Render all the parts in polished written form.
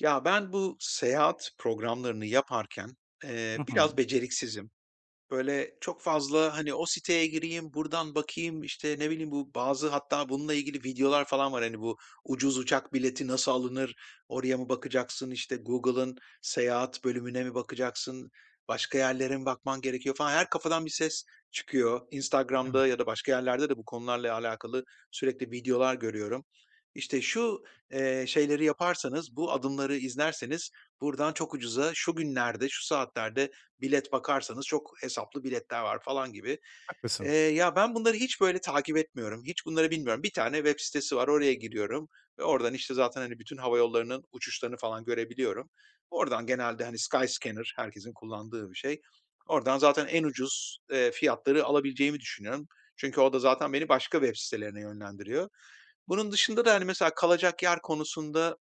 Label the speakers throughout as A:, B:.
A: Ya ben bu seyahat programlarını yaparken,
B: Hı
A: biraz
B: hı.
A: beceriksizim. Böyle çok fazla, hani, o siteye gireyim, buradan bakayım, işte, ne bileyim, bu bazı hatta bununla ilgili videolar falan var. Hani, bu ucuz uçak bileti nasıl alınır, oraya mı bakacaksın, işte, Google'ın seyahat bölümüne mi bakacaksın, başka yerlere mi bakman gerekiyor falan. Her kafadan bir ses çıkıyor.
B: Evet,
A: Instagram'da ya da başka yerlerde de bu konularla alakalı sürekli videolar görüyorum. İşte, şu, şeyleri yaparsanız, bu adımları izlerseniz buradan çok ucuza şu günlerde, şu saatlerde bilet bakarsanız çok hesaplı biletler var falan gibi.
B: haklısın.
A: Ya, ben bunları hiç böyle takip etmiyorum. Hiç bunları bilmiyorum. Bir tane web sitesi var, oraya giriyorum ve oradan, işte, zaten, hani, bütün hava yollarının uçuşlarını falan görebiliyorum. Oradan genelde, hani, Skyscanner herkesin kullandığı bir şey. Oradan zaten en ucuz, fiyatları alabileceğimi düşünüyorum. Çünkü o da zaten beni başka web sitelerine yönlendiriyor. Bunun dışında da, hani, mesela kalacak yer konusunda,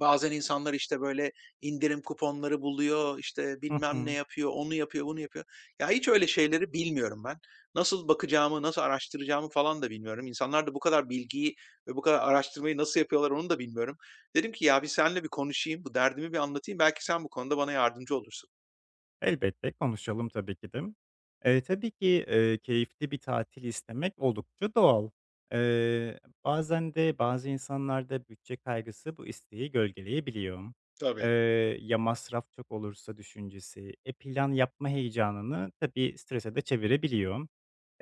A: bazen insanlar, işte, böyle, indirim kuponları buluyor, işte,
B: Hı
A: bilmem ne
B: hı.
A: yapıyor, onu yapıyor, bunu yapıyor. Ya, hiç öyle şeyleri bilmiyorum ben. Nasıl bakacağımı, nasıl araştıracağımı falan da bilmiyorum. İnsanlar da bu kadar bilgiyi ve bu kadar araştırmayı nasıl yapıyorlar onu da bilmiyorum. Dedim ki, ya, bir seninle bir konuşayım, bu derdimi bir anlatayım, belki sen bu konuda bana yardımcı olursun.
B: Elbette konuşalım tabii ki de. Tabii ki, keyifli bir tatil istemek oldukça doğal. Bazen de bazı insanlarda bütçe kaygısı bu isteği gölgeleyebiliyor. Eee,
A: Tabii,
B: ya masraf çok olursa düşüncesi, plan yapma heyecanını tabii strese de çevirebiliyor.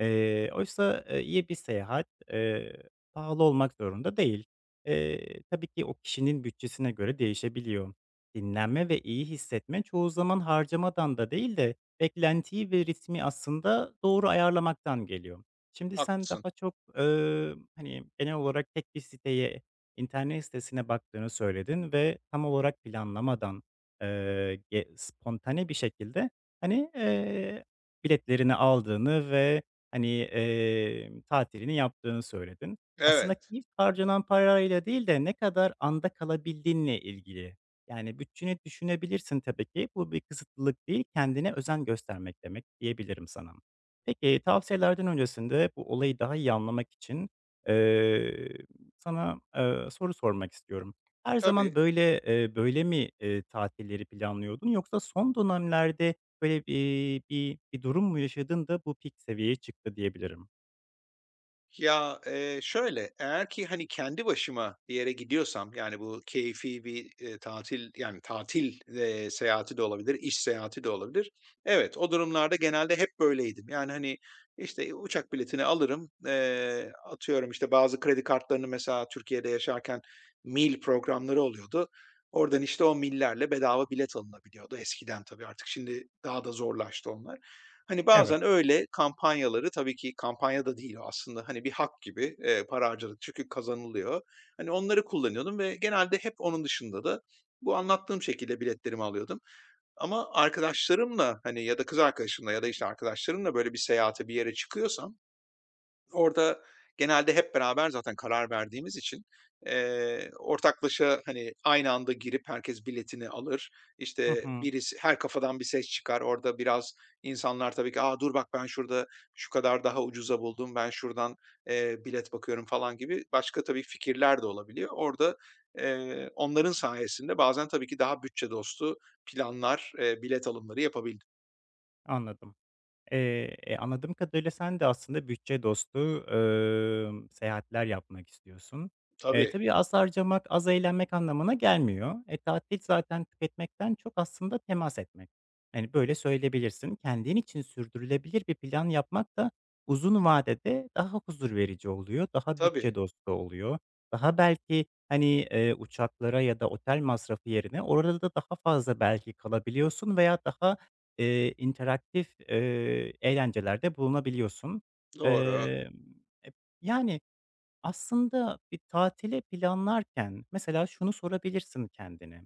B: Oysa, iyi bir seyahat, pahalı olmak zorunda değil. Tabii ki o kişinin bütçesine göre değişebiliyor. Dinlenme ve iyi hissetme çoğu zaman harcamadan da değil de beklentiyi ve ritmi aslında doğru ayarlamaktan geliyor. Şimdi sen
A: haklısın.
B: daha çok, hani, genel olarak tek bir siteye, internet sitesine baktığını söyledin ve tam olarak planlamadan, ge spontane bir şekilde, hani, biletlerini aldığını ve hani, tatilini yaptığını söyledin. Aslında
A: Evet,
B: ilk harcanan parayla değil de ne kadar anda kalabildiğinle ilgili. Yani, bütçeni düşünebilirsin tabii ki. Bu bir kısıtlılık değil, kendine özen göstermek demek diyebilirim sana. Peki, tavsiyelerden öncesinde bu olayı daha iyi anlamak için, eee, sana, soru sormak istiyorum. Her zaman
A: tabii.
B: böyle, böyle mi, tatilleri planlıyordun yoksa son dönemlerde böyle, bir durum mu yaşadın da bu peak seviyeye çıktı diyebilirim.
A: Ya, şöyle, eğer ki, hani, kendi başıma bir yere gidiyorsam, yani, bu keyfi bir, tatil, yani, tatil, seyahati de olabilir, iş seyahati de olabilir. Evet, o durumlarda genelde hep böyleydim. Yani, hani, işte, uçak biletini alırım, atıyorum, işte, bazı kredi kartlarını mesela Türkiye'de yaşarken mil programları oluyordu. Oradan, işte, o millerle bedava bilet alınabiliyordu eskiden tabii, artık şimdi daha da zorlaştı onlar. Hani,
B: Evet.
A: bazen öyle kampanyaları tabii ki kampanya da değil o aslında, hani, bir hak gibi, para harcadık çünkü kazanılıyor. Hani, onları kullanıyordum ve genelde hep onun dışında da bu anlattığım şekilde biletlerimi alıyordum. Ama arkadaşlarımla, hani, ya da kız arkadaşımla ya da, işte, arkadaşlarımla böyle bir seyahate, bir yere çıkıyorsam orada genelde hep beraber zaten karar verdiğimiz için, ortaklaşa, hani, aynı anda girip herkes biletini alır.
B: Hı
A: İşte,
B: hı.
A: birisi her kafadan bir ses çıkar. Orada biraz insanlar tabii ki, "A, dur bak ben şurada şu kadar daha ucuza buldum. Ben şuradan, bilet bakıyorum." falan gibi başka tabii fikirler de olabiliyor. Orada, onların sayesinde bazen tabii ki daha bütçe dostu planlar, bilet alımları yapabildim.
B: Anladım. Anladığım kadarıyla sen de aslında bütçe dostu, seyahatler yapmak istiyorsun.
A: Tabii,
B: Tabii az harcamak, az eğlenmek anlamına gelmiyor. E, tatil zaten tüketmekten çok aslında temas etmek. Yani böyle söyleyebilirsin. Kendin için sürdürülebilir bir plan yapmak da uzun vadede daha huzur verici oluyor, daha
A: tabii.
B: bütçe dostu oluyor. Daha belki, hani, uçaklara ya da otel masrafı yerine orada da daha fazla belki kalabiliyorsun veya daha interaktif, eğlencelerde bulunabiliyorsun.
A: Doğru.
B: Emm, ep Yani, aslında bir tatili planlarken mesela şunu sorabilirsin kendine: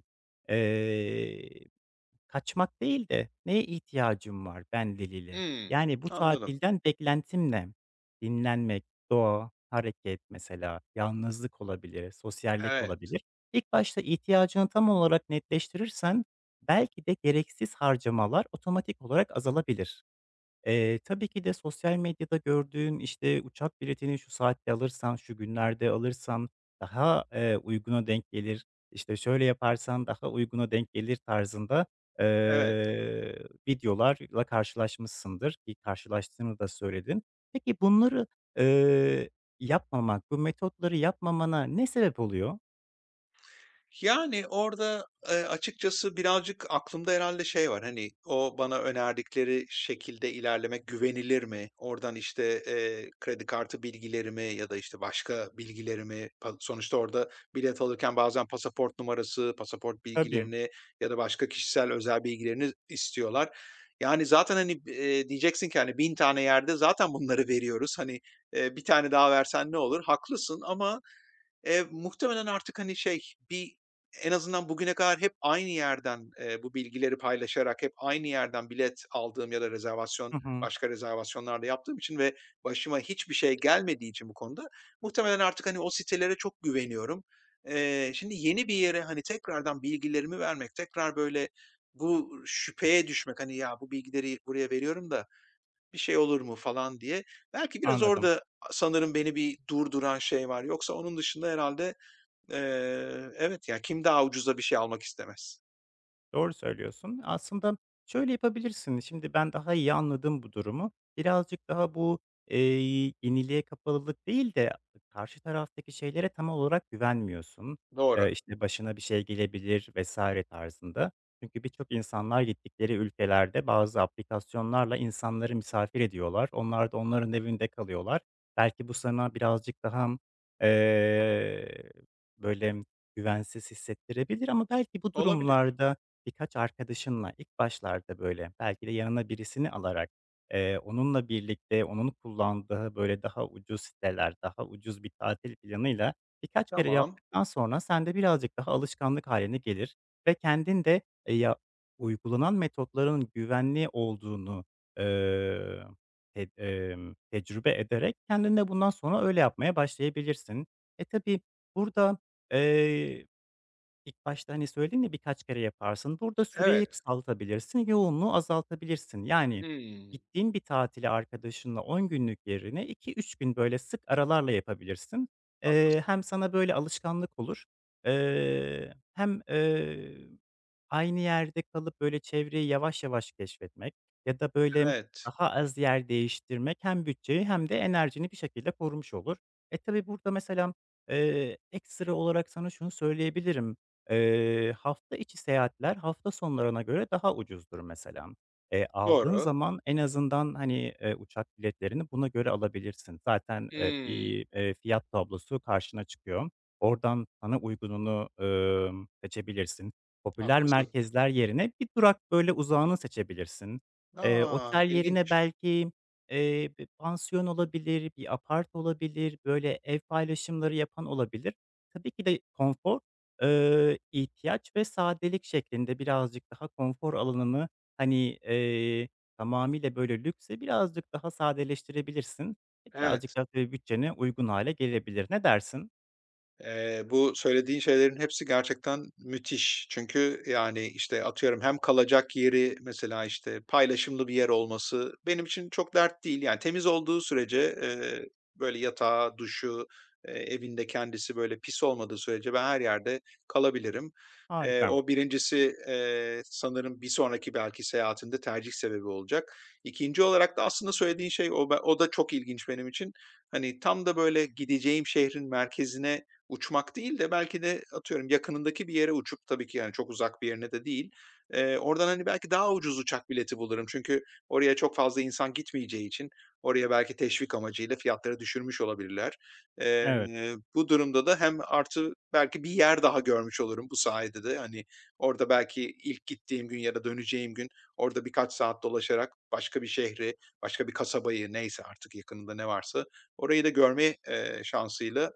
B: kaçmak değil de neye ihtiyacım var ben diliyle?
A: Hımm.
B: Yani bu
A: Anladım.
B: tatilden beklentim ne? Dinlenmek, doğa, hareket mesela, yalnızlık olabilir, sosyallik
A: Evet,
B: olabilir. İlk başta ihtiyacını tam olarak netleştirirsen belki de gereksiz harcamalar otomatik olarak azalabilir. Tabii ki de sosyal medyada gördüğün, işte, uçak biletini şu saatte alırsan, şu günlerde alırsan daha, uyguna denk gelir, İşte şöyle yaparsan daha uyguna denk gelir tarzında,
A: evet.
B: eee, videolarla karşılaşmışsındır ki karşılaştığını da söyledin. Peki bunları, eee, yapmamak, bu metotları yapmamana ne sebep oluyor?
A: Yani, orada, açıkçası birazcık aklımda herhâlde şey var, hani, o bana önerdikleri şekilde ilerlemek güvenilir mi? Oradan, işte, kredi kartı bilgilerimi ya da, işte, başka bilgilerimi sonuçta orada bilet alırken bazen pasaport numarası, pasaport
B: Tabii.
A: bilgilerini ya da başka kişisel özel bilgilerini istiyorlar. Yani, zaten, hani, diyeceksin ki, hani, 1000 tane yerde zaten bunları veriyoruz. Hani, 1 tane daha versen ne olur? Haklısın ama, muhtemelen artık, hani, şey, bir en azından bugüne kadar hep aynı yerden, bu bilgileri paylaşarak hep aynı yerden bilet aldığım ya da rezervasyon
B: Hı hı.
A: başka rezervasyonlar da yaptığım için ve başıma hiçbir şey gelmediği için bu konuda muhtemelen artık, hani, o sitelere çok güveniyorum. Şimdi yeni bir yere, hani, tekrardan bilgilerimi vermek, tekrar böyle bu şüpheye düşmek, hani, "Ya, bu bilgileri buraya veriyorum da bir şey olur mu?" falan diye. Belki biraz
B: Anladım.
A: orada sanırım beni bir durduran şey var. Yoksa onun dışında herhalde. Evet, ya, kim daha ucuza bir şey almak istemez?
B: Doğru söylüyorsun. Aslında şöyle yapabilirsin. Şimdi ben daha iyi anladım bu durumu. Birazcık daha bu, yeniliğe kapalılık değil de karşı taraftaki şeylere tam olarak güvenmiyorsun.
A: Doğru.
B: İşte, başına bir şey gelebilir vesaire tarzında. Çünkü birçok insanlar gittikleri ülkelerde bazı aplikasyonlarla insanları misafir ediyorlar. Onlar da onların evinde kalıyorlar. Belki bu sana birazcık daha, eee, böyle, güvensiz hissettirebilir ama belki bu
A: Olabilir.
B: durumlarda birkaç arkadaşınla ilk başlarda, böyle, belki de yanına birisini alarak, onunla birlikte onun kullandığı, böyle, daha ucuz siteler, daha ucuz bir tatil planıyla birkaç kere
A: Tamam.
B: yaptıktan sonra sende birazcık daha alışkanlık haline gelir ve kendin de, ya uygulanan metotların güvenli olduğunu, eee, ted tecrübe ederek kendin de bundan sonra öyle yapmaya başlayabilirsin. E, tabii burada, İlk başta, hani, söyledin ya, birkaç kere yaparsın. Burada süreyi
A: Evet.
B: kısaltabilirsin, yoğunluğu azaltabilirsin. Yani,
A: Hımm.
B: gittiğin bir tatili arkadaşınla 10 günlük yerine 2 3 gün, böyle, sık aralarla yapabilirsin.
A: Haklısın.
B: Hem sana, böyle, alışkanlık olur, hem, aynı yerde kalıp, böyle, çevreyi yavaş yavaş keşfetmek ya da, böyle,
A: Evet.
B: daha az yer değiştirmek hem bütçeyi hem de enerjini bir şekilde korumuş olur. E, tabii burada mesela, ekstra olarak sana şunu söyleyebilirim. Hafta içi seyahatler hafta sonlarına göre daha ucuzdur mesela. Aldığın
A: Doğru.
B: zaman en azından, hani, uçak biletlerini buna göre alabilirsin. Zaten,
A: Hımm.
B: bir, fiyat tablosu karşına çıkıyor. Oradan sana uygununu, seçebilirsin. Popüler
A: Haklısın.
B: merkezler yerine bir durak böyle uzağını seçebilirsin.
A: A!
B: Otel yerine
A: İlginç.
B: belki, bir pansiyon olabilir, bir apart olabilir, böyle ev paylaşımları yapan olabilir. Tabii ki de konfor ihtiyaç ve sadelik şeklinde birazcık daha konfor alanını, hani, tamamıyla böyle lükse birazcık daha sadeleştirebilirsin. E,
A: Evet.
B: birazcık daha tabii bütçene uygun hâle gelebilir. Ne dersin?
A: Bu söylediğin şeylerin hepsi gerçekten müthiş. Çünkü, yani, işte, atıyorum hem kalacak yeri mesela, işte, paylaşımlı bir yer olması benim için çok dert değil. Yani, temiz olduğu sürece, böyle yatağı, duşu, evin kendisi böyle pis olmadığı sürece ben her yerde kalabilirim.
B: Harika.
A: O birincisi sanırım bir sonraki belki seyahatimde tercih sebebi olacak. 2'nci olarak da aslında söylediğin şey o da çok ilginç benim için. Hani, tam da böyle gideceğim şehrin merkezine uçmak değil de belki de atıyorum yakınındaki bir yere uçup tabii ki yani çok uzak bir yerine de değil. Oradan, hani, belki daha ucuz uçak bileti bulurum. Çünkü oraya çok fazla insan gitmeyeceği için oraya belki teşvik amacıyla fiyatları düşürmüş olabilirler.
B: Evet,
A: Bu durumda da hem artı belki bir yer daha görmüş olurum bu sayede de. Hani, orada belki ilk gittiğim gün ya da döneceğim gün orada birkaç saat dolaşarak başka bir şehri, başka bir kasabayı neyse artık yakınında ne varsa orayı da görme, şansıyla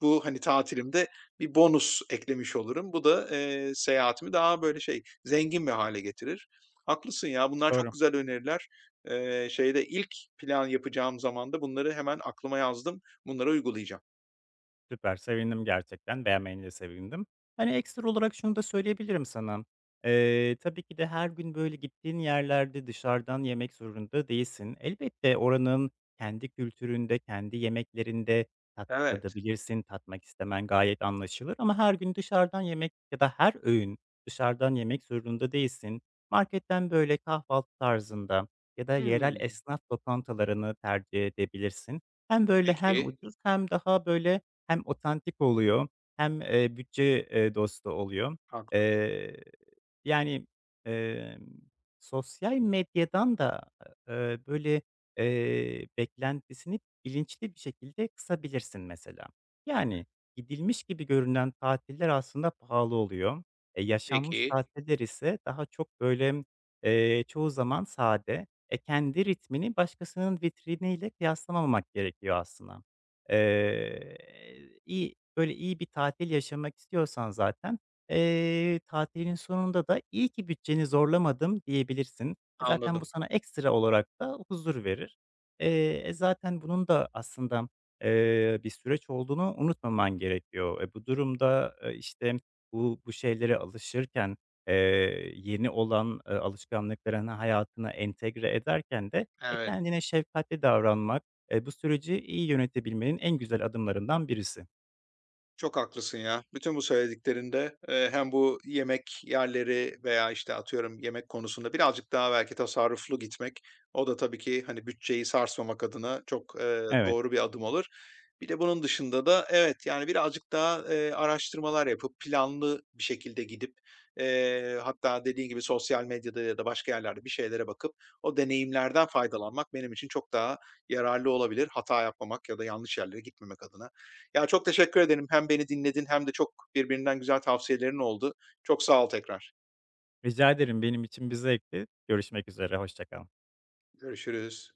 A: bu, hani, tatilimde bir bonus eklemiş olurum. Bu da, seyahatimi daha böyle şey, zengin bir hale getirir. Haklısın ya, bunlar çok
B: doğru.
A: güzel öneriler. Şeyde ilk plan yapacağım zamanda bunları hemen aklıma yazdım. Bunları uygulayacağım.
B: Süper, sevindim gerçekten. Beğenmene de sevindim. Hani, ekstra olarak şunu da söyleyebilirim sana. Tabii ki de her gün, böyle, gittiğin yerlerde dışarıdan yemek zorunda değilsin. Elbette oranın kendi kültüründe, kendi yemeklerinde tat
A: Evet.
B: tadabilirsin, tatmak istemen gayet anlaşılır ama her gün dışarıdan yemek ya da her öğün dışarıdan yemek zorunda değilsin. Marketten, böyle, kahvaltı tarzında ya da yerel
A: Hımm.
B: esnaf lokantalarını tercih edebilirsin. Hem böyle hem
A: Peki.
B: ucuz hem daha, böyle hem otantik oluyor hem, bütçe, dostu oluyor.
A: Haklısın.
B: Eee, yani, emm, sosyal medyadan da, böyle, beklentisini bilinçli bir şekilde kısabilirsin mesela. Yani gidilmiş gibi görünen tatiller aslında pahalı oluyor. E, yaşanmış
A: Peki.
B: tatiller ise daha çok böyle, çoğu zaman sade. E, kendi ritmini başkasının vitriniyle kıyaslamamak gerekiyor aslında. Eee, iyi, böyle, iyi bir tatil yaşamak istiyorsan zaten, tatilin sonunda da "iyi ki bütçeni zorlamadım" diyebilirsin. E, zaten bu
A: Anladım.
B: sana ekstra olarak da huzur verir. Zaten bunun da aslında, bir süreç olduğunu unutmaman gerekiyor. E, bu durumda, işte, bu şeylere alışırken, yeni olan, alışkanlıklarını hayatına entegre ederken de, e,
A: Evet.
B: kendine şefkatli davranmak bu süreci iyi yönetebilmenin en güzel adımlarından birisi.
A: Çok haklısın ya. Bütün bu söylediklerinde, hem bu yemek yerleri veya, işte, atıyorum, yemek konusunda birazcık daha belki tasarruflu gitmek, o da tabii ki, hani, bütçeyi sarsmamak adına çok,
B: Evet,
A: doğru bir adım olur. Bir de bunun dışında da evet, yani, birazcık daha, araştırmalar yapıp planlı bir şekilde gidip, hatta dediğin gibi sosyal medyada ya da başka yerlerde bir şeylere bakıp o deneyimlerden faydalanmak benim için çok daha yararlı olabilir, hata yapmamak ya da yanlış yerlere gitmemek adına. Ya, çok teşekkür ederim. Hem beni dinledin hem de çok birbirinden güzel tavsiyelerin oldu. Çok sağ ol tekrar.
B: rica ederim. Benim için bir zevkti. Görüşmek üzere, hoşça kal.
A: Görüşürüz.